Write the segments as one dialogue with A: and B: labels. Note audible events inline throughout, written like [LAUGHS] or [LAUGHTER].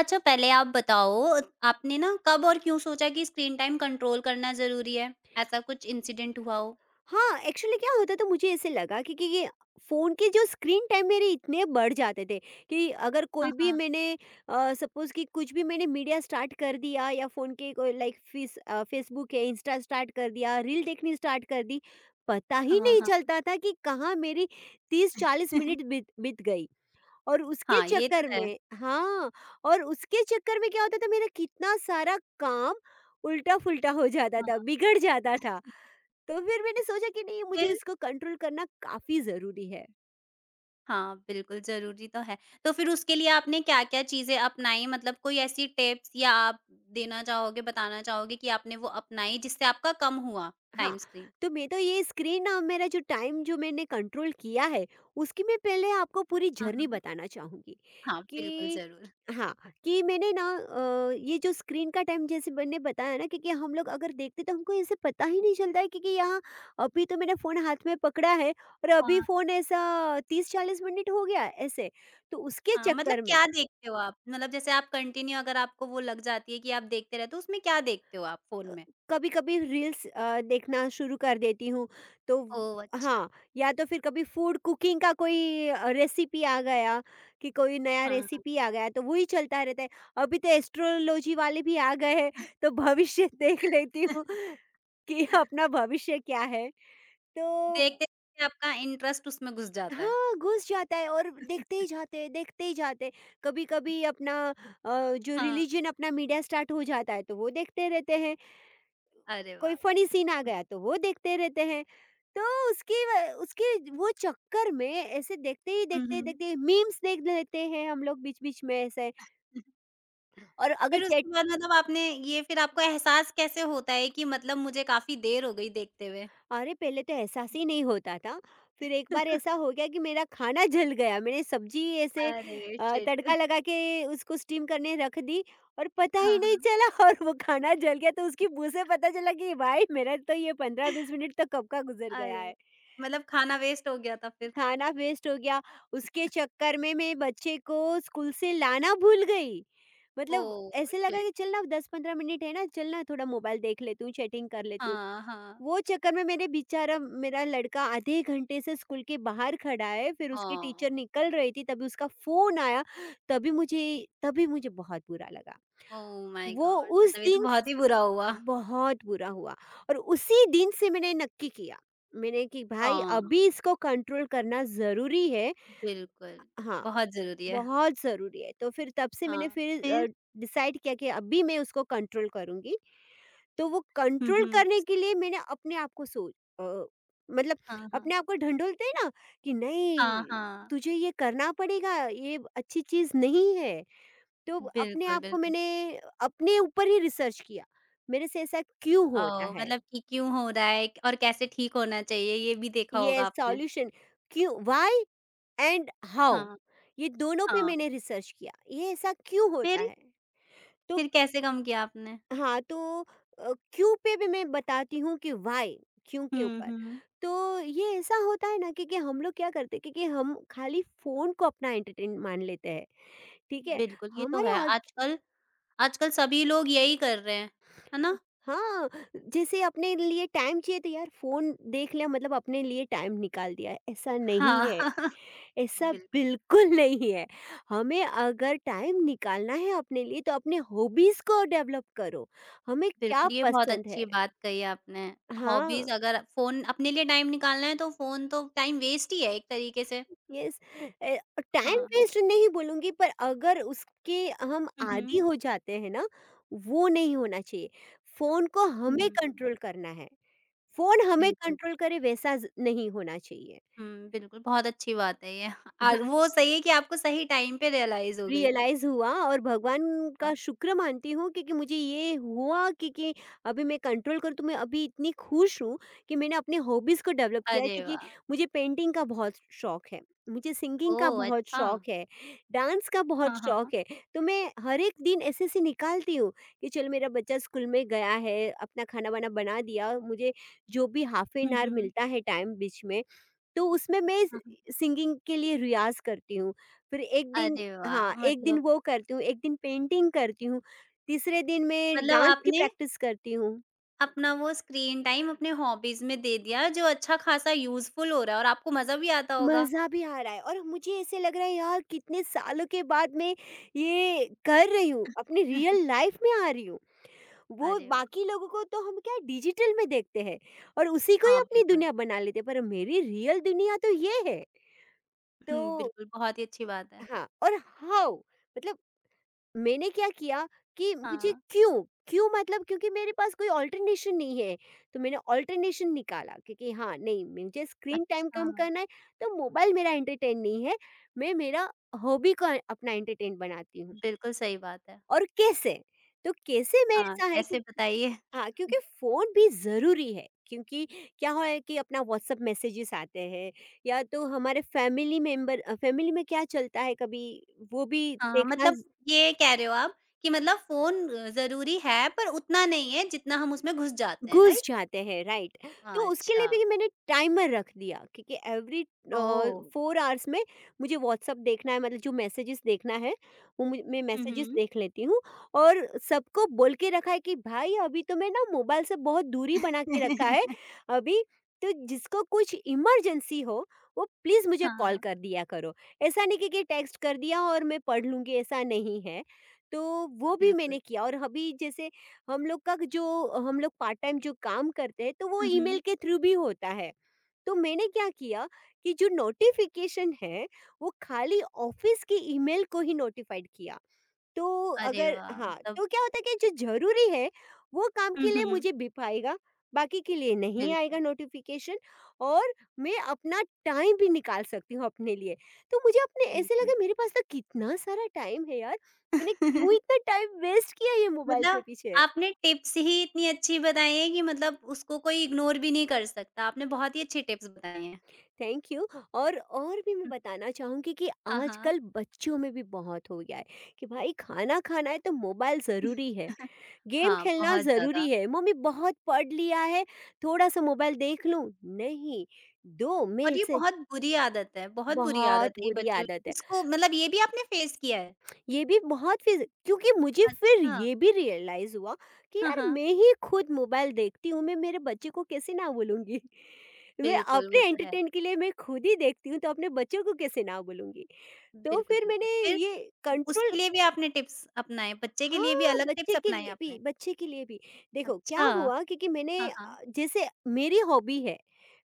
A: अच्छा पहले आप बताओ, आपने ना कब और क्यों सोचा कि स्क्रीन टाइम कंट्रोल करना ज़रूरी है? ऐसा कुछ इंसिडेंट हुआ हो?
B: हाँ, एक्चुअली क्या होता था मुझे ऐसे लगा कि ये फ़ोन के जो स्क्रीन टाइम मेरे इतने बढ़ जाते थे कि अगर कोई
A: हाँ,
B: भी
A: हाँ।
B: मैंने सपोज़ कि कुछ भी मैंने मीडिया स्टार्ट कर दिया या फ़ोन के कोई लाइक फ़ेसबुक है, इंस्टा स्टार्ट कर दिया, रील देखनी स्टार्ट कर दी, पता ही
A: हाँ,
B: नहीं
A: हाँ।
B: चलता था कि कहाँ मेरी 30-40 मिनट
A: [LAUGHS]
B: बीत बीत गई। और उसके
A: हाँ, ये तो
B: चक्कर
A: है।
B: में, हाँ। और उसके चक्कर में क्या होता था मेरा कितना सारा काम उल्टा-फुल्टा हो जाता था,
A: हाँ,
B: बिगड़ जाता था। तो फिर मैंने सोचा कि नहीं, मुझे
A: फिर?
B: इसको कंट्रोल करना काफ़ी ज़रूरी है।
A: हाँ, बिल्कुल ज़रूरी तो है। तो फिर उसके लिए आपने क्या-क्या चीज़ें अपनाई? कोई ऐसी टिप्स या आप देना चाहोगे, बताना चाहोगे कि आपने वो अपनाई जिससे आपका कम हुआ
B: हाँ,
A: टाइम स्क्रीन?
B: तो मैं तो ये मेरा जो टाइम जो मैंने कंट्रोल किया है, उसकी मैं पहले आपको पूरी
A: हाँ,
B: जर्नी
A: हाँ।
B: बताना चाहूँगी
A: हाँ, बिल्कुल
B: कि,
A: ज़रूर।
B: हाँ, कि मैंने ये जो स्क्रीन का टाइम जैसे मैंने बताया ना, क्योंकि हम लोग अगर देखते तो हमको ऐसे पता ही नहीं चलता है क्योंकि यहाँ अभी तो मैंने फ़ोन हाथ में पकड़ा है और अभी
A: हाँ।
B: फ़ोन ऐसा 30-40 मिनट हो गया ऐसे। तो उसके
A: हाँ, मतलब
B: चक्कर में
A: क्या देखते हो आप? मतलब जैसे आप कंटिन्यू अगर आपको वो लग जाती है कि आप देखते रहते हो, उसमें क्या देखते हो आप फ़ोन में?
B: कभी कभी रील्स देखना शुरू कर देती हूँ, तो
A: ओह! अच्छा,
B: हाँ। या तो फिर कभी फूड कुकिंग का कोई रेसिपी आ गया कि कोई नया
A: हाँ, हाँ।
B: रेसिपी आ गया तो वही चलता रहता है। अभी तो एस्ट्रोलॉजी वाले भी आ गए हैं तो भविष्य [LAUGHS] देख लेती हूँ
A: [LAUGHS]
B: कि अपना भविष्य क्या है। तो
A: देखते-देखते आपका इंटरेस्ट उसमें घुस जाता है।
B: हाँ, घुस जाता है और देखते ही
A: [LAUGHS]
B: जाते हैं, देखते ही जाते हैं। कभी कभी अपना जो
A: हाँ,
B: रिलीजन अपना मीडिया स्टार्ट हो जाता है तो वो देखते रहते हैं।
A: अरे
B: कोई
A: वाह!
B: फनी सीन आ गया तो वो देखते रहते हैं। तो उसकी व उसके वो चक्कर में ऐसे देखते ही
A: हुँ,
B: देखते ही
A: हुँ।
B: देखते ही मीम्स देख लेते हैं हम लोग बीच-बीच में ऐसे। और अगर
A: फिर
B: चैट,
A: उसके बाद मतलब आपने ये फिर आपको एहसास कैसे होता है कि मतलब मुझे काफ़ी देर हो गई देखते हुए?
B: अरे! पहले तो ऐसा ही नहीं होता था। फिर एक बार ऐसा
A: [LAUGHS]
B: हो गया कि मेरा खाना [LAUGHS] जल गया। मैंने सब्ज़ी ऐसे
A: अरे
B: तड़का
A: शिट!
B: लगा के उसको स्टीम करने रख दी और पता
A: हाँ,
B: ही नहीं
A: हाँ।
B: चला [LAUGHS] और वो खाना जल गया तो उसकी बू से पता चला कि भाई मेरा तो ये 15-20 मिनट तो कब का गुज़र गया
A: अरे!
B: है।
A: मतलब खाना वेस्ट हो गया था फिर?
B: खाना वेस्ट हो गया, उसके चक्कर में मैं बच्चे को स्कूल से लाना भूल गई। मतलब
A: ओह
B: ऐसे लगा
A: शिट!
B: कि चल ना 10-15 मिनट है ना, चल ना थोड़ा मोबाइल देख लेती हूँ, चैटिंग कर लेती हूँ।
A: हाँ, हाँ।
B: वो चक्कर में मेरे, बेचारा मेरा लड़का आधे घंटे से स्कूल के बाहर खड़ा है, फिर उसकी
A: ओह!
B: टीचर निकल रही थी तभी उसका फोन आया। तभी मुझे तभी मुझे बहुत बुरा लगा।
A: ओह माय
B: वो
A: गॉड!
B: उस
A: मतलब ये तो
B: दिन
A: बहुत ही बुरा हुआ।
B: बहुत बुरा हुआ और उसी दिन से मैंने नक्की किया मैंने कि भाई
A: हाँ,
B: अभी इसको कंट्रोल करना ज़रूरी है।
A: बिल्कुल,
B: हाँ,
A: बहुत ज़रूरी है।
B: बहुत ज़रूरी है। तो फिर तब से मैंने
A: हाँ,
B: फिर
A: फिर?
B: डिसाइड किया कि अभी मैं उसको कंट्रोल करूँगी। तो वो
A: हुँ,
B: कंट्रोल
A: हुँ।
B: करने के लिए मैंने अपने आप को अ, मतलब
A: हाँ, हाँ।
B: अपने आप को ढंढोलते हैं ना कि
A: हाँ,
B: नहीं,
A: हाँ।
B: तुझे ये करना पड़ेगा, ये अच्छी चीज़ नहीं है। तो अपने
A: बिल्कुल,
B: आप को
A: बिल्कुल।
B: मैंने, अपने ऊपर ही रिसर्च किया। मेरे से ऐसा क्यों होता
A: ओह!
B: है?
A: मतलब कि क्यों हो रहा है और कैसे ठीक होना चाहिए ये भी देखा
B: ये
A: होगा आपने।
B: सॉल्यूशन, क्यों, व्हाई एंड हाउ,
A: हाँ,
B: ये दोनों पे
A: हाँ।
B: मैंने रिसर्च किया। ये ऐसा क्यों होता
A: फिर?
B: है? तो
A: फिर कैसे कम किया आपने?
B: हाँ, तो क्यों पे भी मैं बताती हूँ कि व्हाय, क्यों के
A: हुँ,
B: ऊपर।
A: हुँ।
B: तो ये ऐसा होता है ना कि हम लोग क्या करते हैं कि हम खाली फोन को अपना एंटरटेन मान लेते हैं। ठीक है,
A: बिल्कुल, ये तो
B: हमारे
A: है।
B: आज,
A: आजकल आजकल सभी लोग यही कर रहे हैं, है ना?
B: हाँ, जैसे अपने लिए टाइम चाहिए तो यार फोन देख लिया मतलब अपने लिए टाइम निकाल दिया है। ऐसा नहीं
A: हाँ,
B: है,
A: [LAUGHS]
B: ऐसा
A: बिल्कुल।
B: बिल्कुल नहीं है। हमें अगर टाइम निकालना है अपने लिए तो अपने हॉबीज को डेवलप करो, हमें क्या
A: बिल्कुल, ये बहुत
B: पसंद है।
A: अच्छी बात कही आपने।
B: हाँ,
A: हॉबीज़ अगर फ़ोन अपने लिए टाइम निकालना है तो फ़ोन तो टाइम वेस्ट ही है एक तरीके से।
B: यस, अ, टाइम
A: हाँ।
B: वेस्ट नहीं बोलूँगी पर अगर उसके हम
A: हुँ, हुँ।
B: आदी हो जाते हैं ना, वो नहीं होना चाहिए। फ़ोन को हमें
A: हुँ,
B: कंट्रोल करना है। फ़ोन हमें
A: बिल्कुल।
B: कंट्रोल करे वैसा ज़ नहीं होना चाहिए।
A: हुँ, बिल्कुल, बहुत अच्छी बात है ये। और वो सही है कि आपको सही टाइम पे रियलाइज़ हो गई।
B: रियलाइज़ हुआ और भगवान का
A: हाँ।
B: शुक्र मानती हूँ क्योंकि मुझे ये हुआ, क्योंकि अभी मैं कंट्रोल करूँ तो मैं अभी इतनी खुश हूँ कि मैंने अपने हॉबीज़ को डेवलप किया है,
A: अरे
B: क्योंकि
A: वाह!
B: मुझे पेंटिंग का बहुत शौक है, मुझे सिंगिंग का
A: ओह!
B: बहुत
A: अच्छा।
B: शौक है, डांस का बहुत
A: हाँ,
B: शौक
A: हाँ।
B: है। तो मैं हर एक दिन ऐसे-ऐसे निकालती हूँ कि चलो मेरा बच्चा स्कूल में गया है, अपना खाना-वाना बना दिया, मुझे जो भी half an
A: hmm,
B: hour
A: hmm.
B: मिलता है टाइम बीच में, तो उसमें मैं
A: हाँ, हाँ।
B: सिंगिंग के लिए रियाज़ करती हूँ। फिर एक दिन,
A: अरे
B: हाँ,
A: वाह!
B: एक दिन
A: मतलब
B: वो करती हूँ, एक दिन पेंटिंग करती हूँ, तीसरे दिन मैं
A: मतलब
B: डांस की
A: आपने
B: प्रैक्टिस करती हूँ।
A: अपना वो स्क्रीन टाइम अपने हॉबीज़ में दे दिया जो अच्छा-खासा यूज़फुल हो रहा है और आपको मज़ा भी आता होगा।
B: मज़ा भी आ रहा है और मुझे ऐसे लग रहा है यार कितने सालों के बाद मैं ये कर रही हूँ, अपनी रियल
A: [LAUGHS]
B: लाइफ़ में आ रही हूँ। वो
A: अरे
B: बाकी
A: वाह!
B: लोगों को तो हम क्या डिजिटल में देखते हैं और उसी को ही
A: हाँ,
B: अपनी
A: बिल्कुल।
B: दुनिया बना लेते हैं, पर मेरी रियल दुनिया तो ये है।
A: हुँ,
B: तो
A: बिल्कुल, बहुत ही अच्छी बात है।
B: हाँ, और हाउ, मतलब मैंने क्या किया कि मुझे
A: हाँ।
B: क्यों क्यों मतलब, क्योंकि मेरे पास कोई ऑल्टरनेशन नहीं है तो मैंने ऑल्टरनेशन निकाला, क्योंकि हाँ, नहीं, मुझे स्क्रीन टाइम
A: अच्छा,
B: कम करना है, तो मोबाइल मेरा एंटरटेन नहीं है। मैं मेरा हॉबी को अपना एंटरटेन बनाती हूँ।
A: बिल्कुल सही बात है।
B: और कैसे, तो कैसे, मैं
A: हाँ,
B: ऐसा है कि
A: कैसे बताइए?
B: हाँ क्योंकि फ़ोन भी ज़रूरी है, क्योंकि क्या हो है कि अपना व्हाट्सअप मैसेजेस आते हैं या तो हमारे फैमिली मेंबर, फैमिली में क्या चलता है, कभी वो भी
A: हाँ,
B: देखना।
A: मतलब ये कह रहे हो आप कि मतलब फ़ोन ज़रूरी है पर उतना नहीं है जितना हम उसमें घुस जाते हैं,
B: घुस
A: राइट?
B: जाते हैं, राइट, तो उसके लिए
A: अच्छा,
B: भी मैंने टाइमर रख दिया, क्योंकि एवरी
A: ओह!
B: 4 आवर्स में मुझे व्हाट्सअप देखना है, मतलब जो मैसेजेस देखना है वो मैं
A: हुँ,
B: मैसेजेस
A: हुँ।
B: देख लेती हूँ। और सबको बोल के रखा है कि भाई अभी तो मैं ना मोबाइल से बहुत दूरी बना के रखा है
A: [LAUGHS]
B: अभी, तो जिसको कुछ इमरजेंसी हो वो प्लीज़ मुझे कॉल
A: हाँ,
B: कर दिया करो। ऐसा नहीं कि टेक्स्ट कर दिया और मैं पढ़ लूँगी, ऐसा नहीं है। तो वो भी मैंने
A: बिल्कुल।
B: किया। और अभी जैसे हम लोग का जो हम लोग पार्ट टाइम जो काम करते हैं तो वो
A: हुँ, हुँ।
B: ईमेल के थ्रू भी होता है। तो मैंने क्या किया कि जो नोटिफिकेशन है वो खाली ऑफिस की ईमेल को ही नोटिफाइड किया। तो
A: अरे
B: अगर,
A: वाह!
B: हाँ,
A: मतलब
B: तो क्या होता है कि जो जरूरी है, वो काम
A: हुँ,
B: के लिए
A: हुँ,
B: मुझे बिप आएगा, बाकी के लिए नहीं आएगा
A: बिल्कुल,
B: नोटिफिकेशन, और मैं अपना टाइम भी निकाल सकती हूँ अपने लिए। तो मुझे अपने ऐसे
A: बिल्कुल।
B: लगा मेरे पास तो कितना सारा टाइम है यार, मैंने क्यों
A: [LAUGHS]
B: इतना टाइम वेस्ट किया ये मोबाइल के
A: मतलब
B: पीछे।
A: आपने टिप्स ही इतनी अच्छी बताई हैं कि मतलब उसको कोई इग्नोर भी नहीं कर सकता। आपने बहुत ही अच्छी टिप्स बताई हैं।
B: Thank you. और भी मैं बताना चाहूँगी कि
A: हाँ, हाँ।
B: आजकल बच्चों में भी बहुत हो गया है कि भाई खाना खाना है तो मोबाइल ज़रूरी है,
A: [LAUGHS]
B: गेम
A: हाँ,
B: खेलना
A: बहुत ज़्यादा
B: ज़रूरी है, मम्मी बहुत पढ़ लिया है, थोड़ा-सा मोबाइल देख लूँ, नहीं, दो मैं
A: और ये
B: ऐसे,
A: बहुत बुरी आदत है, बहुत बुरी आदत
B: बहुत
A: है ये
B: बुरी
A: बच्चों की।
B: आदत है।
A: इसको मतलब ये भी आपने फेस किया है?
B: ये भी बहुत फिज़ क्योंकि मुझे फिर
A: अच्छा।
B: ये भी रियलाइज़ हुआ कि
A: हाँ,
B: यार
A: हाँ।
B: मैं ही खुद मोबाइल देखती हूँ, मैं मेरे बच्चे को कैसे ना बोलूँगी। [LAUGHS] मैं
A: बिल्कुल, वो
B: अपने
A: तो है।
B: एंटरटेन के लिए मैं खुद ही देखती हूँ, तो अपने बच्चों को कैसे ना बोलूँगी। तो
A: बिल्कुल,
B: फिर
A: बिल्कुल।
B: मैंने
A: फिर
B: ये
A: उसके
B: कंट्रोल,
A: लिए भी आपने टिप्स अपनाए, बच्चे के लिए भी
B: हाँ,
A: अलग
B: बच्चे
A: टिप्स
B: के
A: अपनाए
B: लिए भी,
A: आपने?
B: बच्चे के लिए भी। देखो क्या
A: अच्छा।
B: हुआ, क्योंकि मैंने
A: हाँ, हाँ।
B: जैसे मेरी हॉबी है,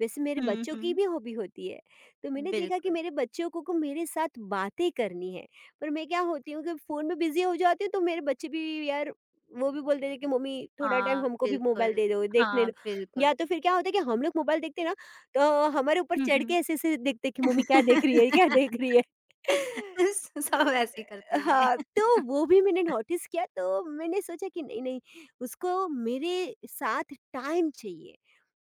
B: वैसे मेरे
A: हुँ,
B: बच्चों की
A: हुँ।
B: भी हॉबी होती है। तो मैंने देखा कि
A: बिल्कुल।
B: मेरे बच्चों को मेरे साथ बातें करनी है। पर मैं क्या होती हूँ कि फ़ोन में बिज़ी हो जाती हूँ, तो मेरे बच्चे भी यार, वो भी बोलते थे कि मम्मी थोड़ा
A: हाँ,
B: टाइम हमको भी मोबाइल
A: बिल्कुल।
B: दे दो, देखने
A: हाँ,
B: दो। या
A: बिल्कुल।
B: तो फिर क्या होता है कि हम लोग मोबाइल देखते हैं ना, तो हमारे ऊपर
A: हुँ,
B: चढ़ के
A: हुँ।
B: ऐसे-ऐसे देखते हैं कि मम्मी क्या देख रही है, क्या देख
A: [LAUGHS]
B: रही है? [LAUGHS]
A: स सब ऐसे ही करते होंगे।
B: हाँ, तो
A: [LAUGHS]
B: वो भी मैंने नोटिस किया, तो मैंने सोचा कि नहीं, नहीं, उसको मेरे साथ टाइम चाहिए।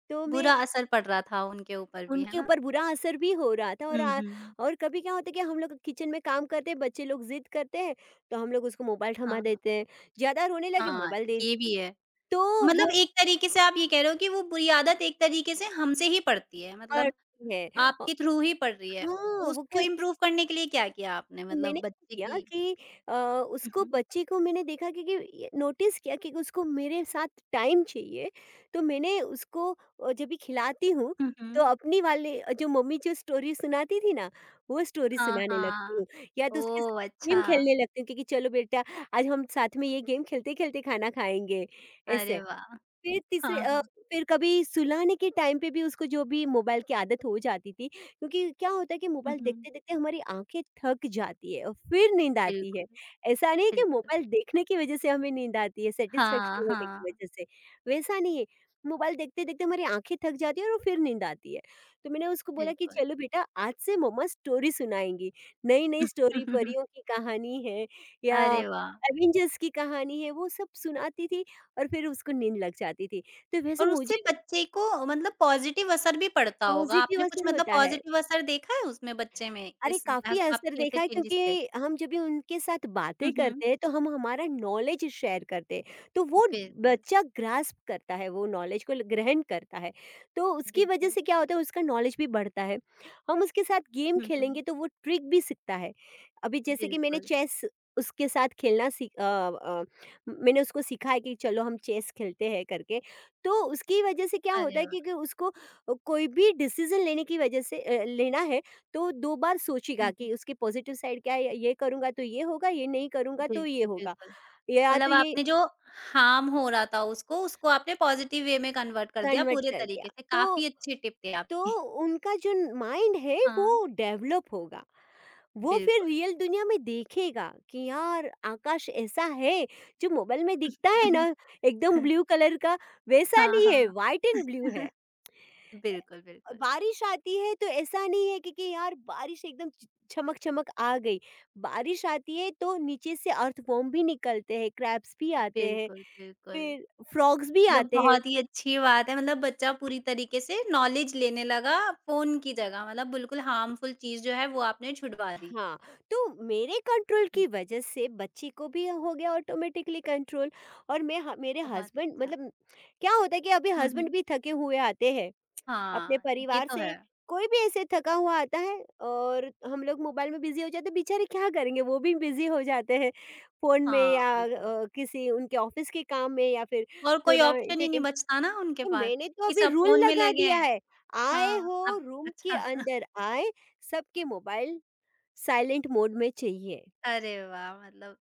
B: तो मैं
A: बुरा असर पड़ रहा था उनके ऊपर भी, है
B: उनके
A: ना?
B: ऊपर बुरा असर भी हो रहा था, और
A: हुँ, हुँ।
B: कभी क्या होता है कि हम लोग किचन में काम करते हैं, बच्चे लोग ज़िद करते हैं, तो हम लोग उसको मोबाइल थमा
A: हाँ,
B: देते हैं। ज़्यादा रोने लगे,
A: हाँ,
B: मोबाइल दे दिए,
A: ये भी है।
B: तो वो
A: मतलब एक तरीके से आप ये कह रहे हो कि वो बुरी आदत एक तरीके से हमसे ही पड़ती है, मतलब
B: है। अ,
A: आपके थ्रू ही पड़ रही है।
B: हाँ,
A: तो
B: वो
A: उसको
B: क्यों।
A: इम्प्रूव करने के लिए क्या किया आपने?
B: तो मैंने
A: मतलब बच्चे
B: क्या किया
A: की
B: कि अ,
A: हुँ,
B: उसको,
A: हुँ।
B: बच्ची को मैंने देखा कि ये नोटिस किया कि उसको मेरे साथ टाइम चाहिए, तो मैंने उसको जब भी खिलाती हूँ,
A: हुँ,
B: तो
A: हुँ।
B: अपनी वाली जो मम्मी जो स्टोरी सुनाती थी ना, वो स्टोरी
A: हाँ,
B: सुनाने लगती
A: हाँ।
B: हूँ। या तो उसके साथ
A: ओह!
B: गेम
A: अच्छा।
B: खेलने लगती हूँ, क्योंकि चलो बेटा, आज हम साथ में ये गेम खेलते-खेलते खाना खाएँगे,
A: अरे
B: ऐसे।
A: वाह!
B: फिर तीसरे,
A: हाँ, हाँ।
B: फिर कभी सुलाने के टाइम पे भी उसको जो भी मोबाइल की आदत हो जाती थी, क्योंकि क्या होता है कि
A: हुँ,
B: मोबाइल
A: हुँ।
B: देखते-देखते हमारी आँखें थक जाती है और फिर नींद आती है।
A: बिल्कुल,
B: ऐसा नहीं है कि
A: बिल्कुल।
B: मोबाइल देखने की वजह से हमें नींद आती है, सैटिस्फैक्शन
A: हाँ,
B: होने की
A: हाँ।
B: वजह से, वैसा नहीं है। मोबाइल देखते-देखते हमारी आँखें थक जाती है और फिर नींद आती है। तो मैंने उसको बोला कि
A: बिल्कुल।
B: चलो बेटा, आज से मम्मा स्टोरी सुनाएँगी। नई-नई स्टोरी, परियों
A: [LAUGHS]
B: की कहानी है या
A: अरे वाह!
B: एवेंजर्स की कहानी है, वो सब सुनाती थी और फिर उसको नींद लग जाती थी। तो वैसे
A: और उससे
B: मुझे
A: बच्चे को मतलब पॉज़िटिव असर भी पड़ता होगा।
B: पॉज़िटिव
A: आपने कुछ
B: असर
A: मतलब
B: होता है।
A: पॉज़िटिव असर देखा है उसमें बच्चे में
B: अरे,
A: इस
B: काफ़ी
A: एज़
B: असर
A: आपके ऐसे
B: देखा है,
A: चेंजेस से?
B: क्योंकि हम जब भी उनके साथ बातें
A: हुँ, हुँ।
B: करते हैं तो हम हमारा नॉलेज शेयर करते हैं। तो वो
A: बिल्कुल,
B: बच्चा ग्रास्प करता है, वो नॉलेज को ग्रहण करता है। तो उसकी वजह
A: बिल्कुल।
B: से क्या होता है, उसका नॉलेज भी बढ़ता है। हम उसके साथ गेम
A: हुँ, हुँ।
B: खेलेंगे तो वो ट्रिक भी सीखता है। अभी जैसे कि मैंने
A: बिल्कुल।
B: चेस उसके साथ खेलना मैंने उसको सीखा है कि चलो हम चेस खेलते हैं करके। तो उसकी वजह से क्या होता
A: अरे
B: है
A: वाह!
B: कि उसको कोई भी डिसीजन लेने की वजह से, लेना है, तो 2 बार सोचिएगा
A: हुँ, हुँ।
B: कि उसके पॉजिटिव साइड क्या है, ये करूँगा तो ये होगा, ये नहीं करूँगा तो ये
A: बिल्कुल,
B: होगा,
A: बिल्कुल।
B: या तो
A: मतलब
B: ये।
A: आपने जो हार्म हो रहा था उसको, उसको आपने पॉज़िटिव वे में कन्वर्ट कर दिया
B: कन्वर्ट
A: पूरे
B: कर दिया।
A: तरीके से।
B: तो
A: काफ़ी अच्छे टिप थे
B: तो
A: आपके।
B: उनका जो माइंड है वो
A: हाँ,
B: डेवलप होगा। वो फिर
A: बिल्कुल।
B: रियल दुनिया में देखेगा कि यार, आकाश ऐसा है जो मोबाइल में दिखता है ना,
A: [LAUGHS]
B: एकदम ब्लू कलर का, वैसा
A: हाँ,
B: नहीं है,
A: हाँ।
B: व्हाइट एंड ब्लू है।
A: [LAUGHS] बिल्कुल, बिल्कुल।
B: बारिश आती है तो ऐसा नहीं है कि, यार बारिश एकदम चमक चमक आ गई। बारिश आती है तो नीचे से अर्थवॉर्म भी निकलते हैं, क्रैब्स भी आते हैं,
A: बिल्कुल, बिल्कुल।
B: फिर फ्रॉग्स भी
A: मतलब
B: आते हैं।
A: बहुत ही अच्छी बात है मतलब बच्चा पूरी तरीके से नॉलेज लेने लगा फ़ोन की जगह मतलब बिल्कुल हार्मफुल चीज़ जो है वो आपने छुड़वा दी।
B: हाँ, तो मेरे कंट्रोल
A: हुँ।
B: की वजह से बच्ची को भी हो गया ऑटोमेटिकली कंट्रोल। और मैं, मेरे
A: बहुत ही
B: हस्बैंड,
A: अच्छा।
B: मतलब क्या होता है कि अभी
A: हुँ,
B: हस्बैंड
A: हुँ।
B: भी थके हुए आते हैं अपने
A: हाँ, ये
B: परिवार
A: तो है।
B: से। कोई भी ऐसे थका हुआ आता है, और हम लोग मोबाइल में बिजी हो जाते हैं, बेचारे क्या करेंगे, वो भी बिजी हो जाते हैं फोन में,
A: हाँ,
B: या
A: बिल्कुल
B: किसी उनके ऑफिस के काम में, या फिर
A: और कोई
B: थोड़ा
A: ऑप्शन ही नहीं
B: एंटरटेन।
A: बचता ना उनके
B: तो
A: पास
B: मैंने तो
A: कि
B: अभी
A: सब
B: रूल
A: फ़ोन में
B: लगा
A: लगे
B: दिया
A: हैं।
B: है, आए
A: हाँ,
B: हो
A: अब
B: रूम के
A: अच्छा [LAUGHS]
B: अंदर, आए, सबके मोबाइल साइलेंट मोड में चाहिए।
A: अरे वाह! मतलब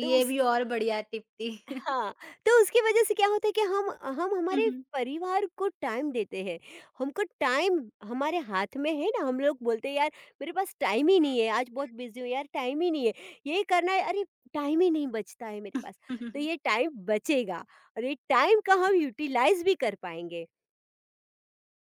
B: तो
A: भी और बढ़िया टिप थी। [LAUGHS]
B: हाँ, तो उसकी वजह से क्या होता है कि हम
A: हुँ,
B: हमारे
A: हुँ।
B: परिवार को टाइम देते हैं। हमको टाइम, हमारे हाथ में है ना, हम लोग बोलते हैं यार, मेरे पास टाइम ही नहीं है, आज बहुत बिज़ी हूँ यार, टाइम ही नहीं है। ये करना है, अरे, टाइम ही नहीं बचता है मेरे पास। तो ये
A: [LAUGHS]
B: टाइम बचेगा और ये टाइम का हम यूटिलाइज़ भी कर पाएँगे।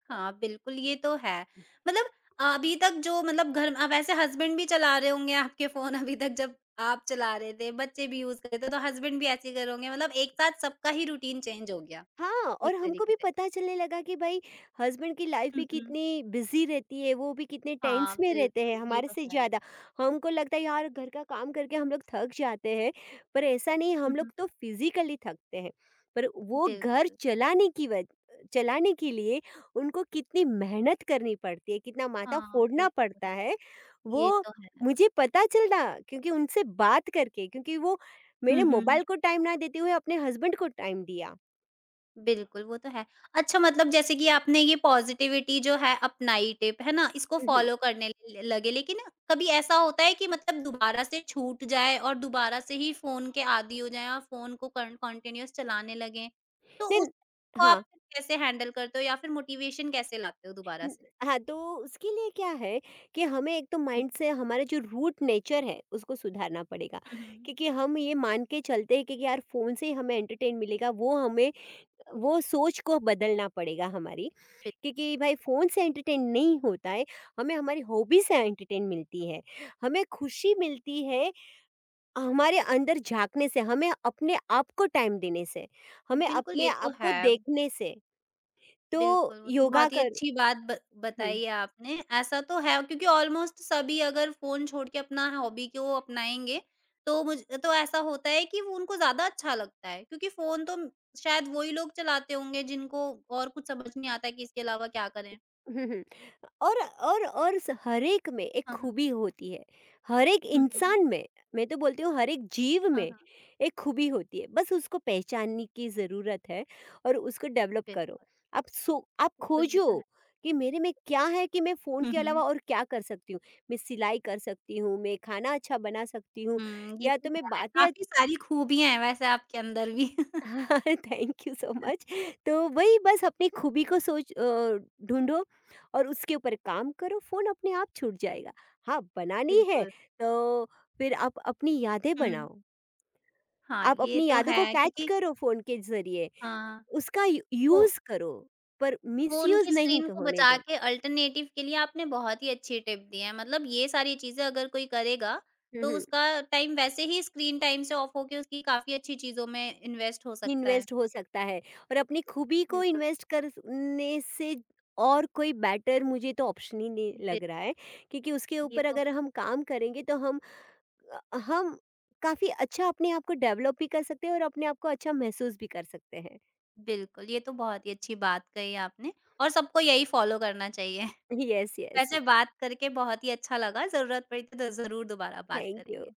A: हाँ, बिल्कुल, ये तो है। मतलब अभी तक जो मतलब घर में वैसे हस्बैंड भी चला रहे होंगे आपके फ़ोन अभी तक जब आप चला रहे थे, बच्चे भी यूज़ कर रहे थे, तो हस्बैंड भी ऐसे ही कर रहे होंगे। मतलब एक साथ सबका ही रूटीन चेंज हो गया,
B: हाँ,
A: एक
B: और हमको
A: तरीके
B: भी
A: से।
B: पता चलने लगा कि भाई, हस्बैंड की लाइफ
A: हुँ,
B: भी
A: हुँ।
B: कितनी बिजी रहती है, वो भी कितने टेंस
A: हाँ,
B: में रहते
A: बिल्कुल,
B: हैं
A: ये
B: हमारे
A: तो
B: से
A: है।
B: ज़्यादा। हमको लगता है यार घर का काम करके हम लोग थक जाते हैं, पर ऐसा नहीं, हम
A: हुँ,
B: लोग
A: हुँ।
B: तो फिजिकली थकते हैं, पर वो घर
A: बिल्कुल।
B: चलाने की वजह, चलाने के लिए उनको कितनी मेहनत करनी पड़ती है, कितना माथा
A: हाँ,
B: फोड़ना पड़ता
A: बिल्कुल,
B: है।
A: ये
B: वो
A: तो है।
B: मुझे पता चला क्योंकि उनसे बात करके, क्योंकि वो मैंने
A: हुँ, हुँ।
B: मोबाइल को टाइम ना देते हुए अपने हस्बैंड को टाइम दिया।
A: बिल्कुल, वो तो है। अच्छा मतलब जैसे कि आपने ये पॉज़िटिविटी जो है अपनाई टिप, है ना? इसको फ़ॉलो करने ल लगे, लेकिन कभी ऐसा होता है कि मतलब दोबारा से छूट जाए और दोबारा से ही फ़ोन के आदी हो जाएँ और फ़ोन को कन कंटीन्यूअस चलाने लगें, तो
B: नहीं,
A: उस को आप
B: हाँ,
A: फिर कैसे हैंडल करते हो या फिर मोटिवेशन कैसे लाते हो दोबारा
B: न-
A: से?
B: हाँ, तो उसके लिए क्या है कि हमें एक तो
A: हुँ,
B: माइंड
A: हुँ।
B: से, हमारा जो रूट नेचर है उसको सुधारना पड़ेगा।
A: हुँ, हुँ।
B: क्योंकि हम ये मान के चलते हैं कि, यार फोन से ही हमें एंटरटेन मिलेगा, वो हमें, वो सोच को बदलना पड़ेगा हमारी। क्योंकि भाई,
A: बिल्कुल,
B: फ़ोन से एंटरटेन नहीं होता है, हमें हमारी हॉबी से एंटरटेन मिलती है, हमें खुशी मिलती है, हमारे अंदर झांकने से, हमें अपने आप को टाइम देने से, हमें
A: बिल्कुल
B: अपने
A: ये तो
B: आप को
A: है।
B: देखने से। तो
A: बिल्कुल, वो तो
B: योगा
A: बहुत ही अच्छी बात ब
B: कर।
A: बताई है आपने। ऐसा तो है क्योंकि ऑलमोस्ट सभी अगर फ़ोन छोड़ के अपना हॉबी को अपनाएँगे, तो मुझ तो ऐसा होता है कि वो उनको ज़्यादा अच्छा लगता है क्योंकि फ़ोन तो शायद वो ही लोग चलाते होंगे जिनको और कुछ समझ नहीं आता है कि इसके अलावा क्या करें।
B: हुँ, हुँ। और स हर एक में एक
A: हाँ, हाँ।
B: खूबी होती है। हर एक
A: हुँ, हुँ।
B: इंसान में, मैं तो बोलती हूँ हर एक जीव
A: हाँ,
B: में
A: हाँ।
B: एक खूबी होती है। बस उसको पहचानने की ज़रूरत है और उसको डेवलप करो।
A: बिल्कुल,
B: आप सो आप
A: बिल्कुल ये तो
B: खोजो
A: है।
B: कि मेरे में क्या है, कि मैं फ़ोन
A: हुँ,
B: के अलावा
A: हुँ।
B: और क्या कर सकती हूँ? मैं सिलाई कर सकती हूँ, मैं खाना अच्छा बना सकती हूँ,
A: हुँ, ये
B: या तो
A: तो
B: मैं
A: है।
B: बातें।
A: काफ़ी सारी खूबियाँ हैं वैसे आपके अंदर भी।
B: हाँ,
A: [LAUGHS]
B: [LAUGHS] थैंक यू सो मच। तो वही बस अपनी खूबी को सोच, ढूँढो और उसके ऊपर काम करो, फ़ोन अपने आप छूट जाएगा। हाँ, बनानी है,
A: बिल्कुल।
B: तो फिर आप अपनी यादें
A: हुँ।
B: बनाओ।
A: हाँ,
B: आप
A: ये
B: अपनी
A: तो
B: यादों को
A: है
B: कैच
A: क्योंकि
B: करो फ़ोन के ज़रिए,
A: हाँ,
B: उसका यू
A: तो
B: यूज़ करो, पर
A: वो
B: मिसयूज़
A: उनकी
B: नहीं
A: स्क्रीन
B: क
A: को
B: होने
A: बचा
B: दो।
A: के अल्टरनेटिव के लिए आपने बहुत ही अच्छी टिप दी है। मतलब ये सारी चीज़ें अगर कोई करेगा,
B: हुँ,
A: तो
B: हुँ।
A: उसका टाइम वैसे ही स्क्रीन टाइम से ऑफ होके उसकी काफ़ी अच्छी चीज़ों में इन्वेस्ट हो सकता है।
B: इन्वेस्ट हो सकता है, और अपनी खूबी को
A: बिल्कुल,
B: इन्वेस्ट करने से और कोई बेटर मुझे तो ऑप्शन ही नहीं
A: बिल
B: लग रहा है, क्योंकि उसके
A: ये
B: ऊपर
A: तो
B: अगर हम काम करेंगे तो हम काफ़ी अच्छा अपने आप को डेवलप भी कर सकते हैं और अपने आप को अच्छा महसूस भी कर सकते हैं।
A: बिल्कुल, ये तो बहुत ही अच्छी बात कही आपने और सबको यही फ़ॉलो करना चाहिए। [LAUGHS]
B: [LAUGHS] Yes, yes.
A: वैसे बात करके बहुत ही अच्छा लगा, ज़रूरत पड़ी तो ज़रूर दोबारा बात
B: थैंक यू।
A: करेंगे।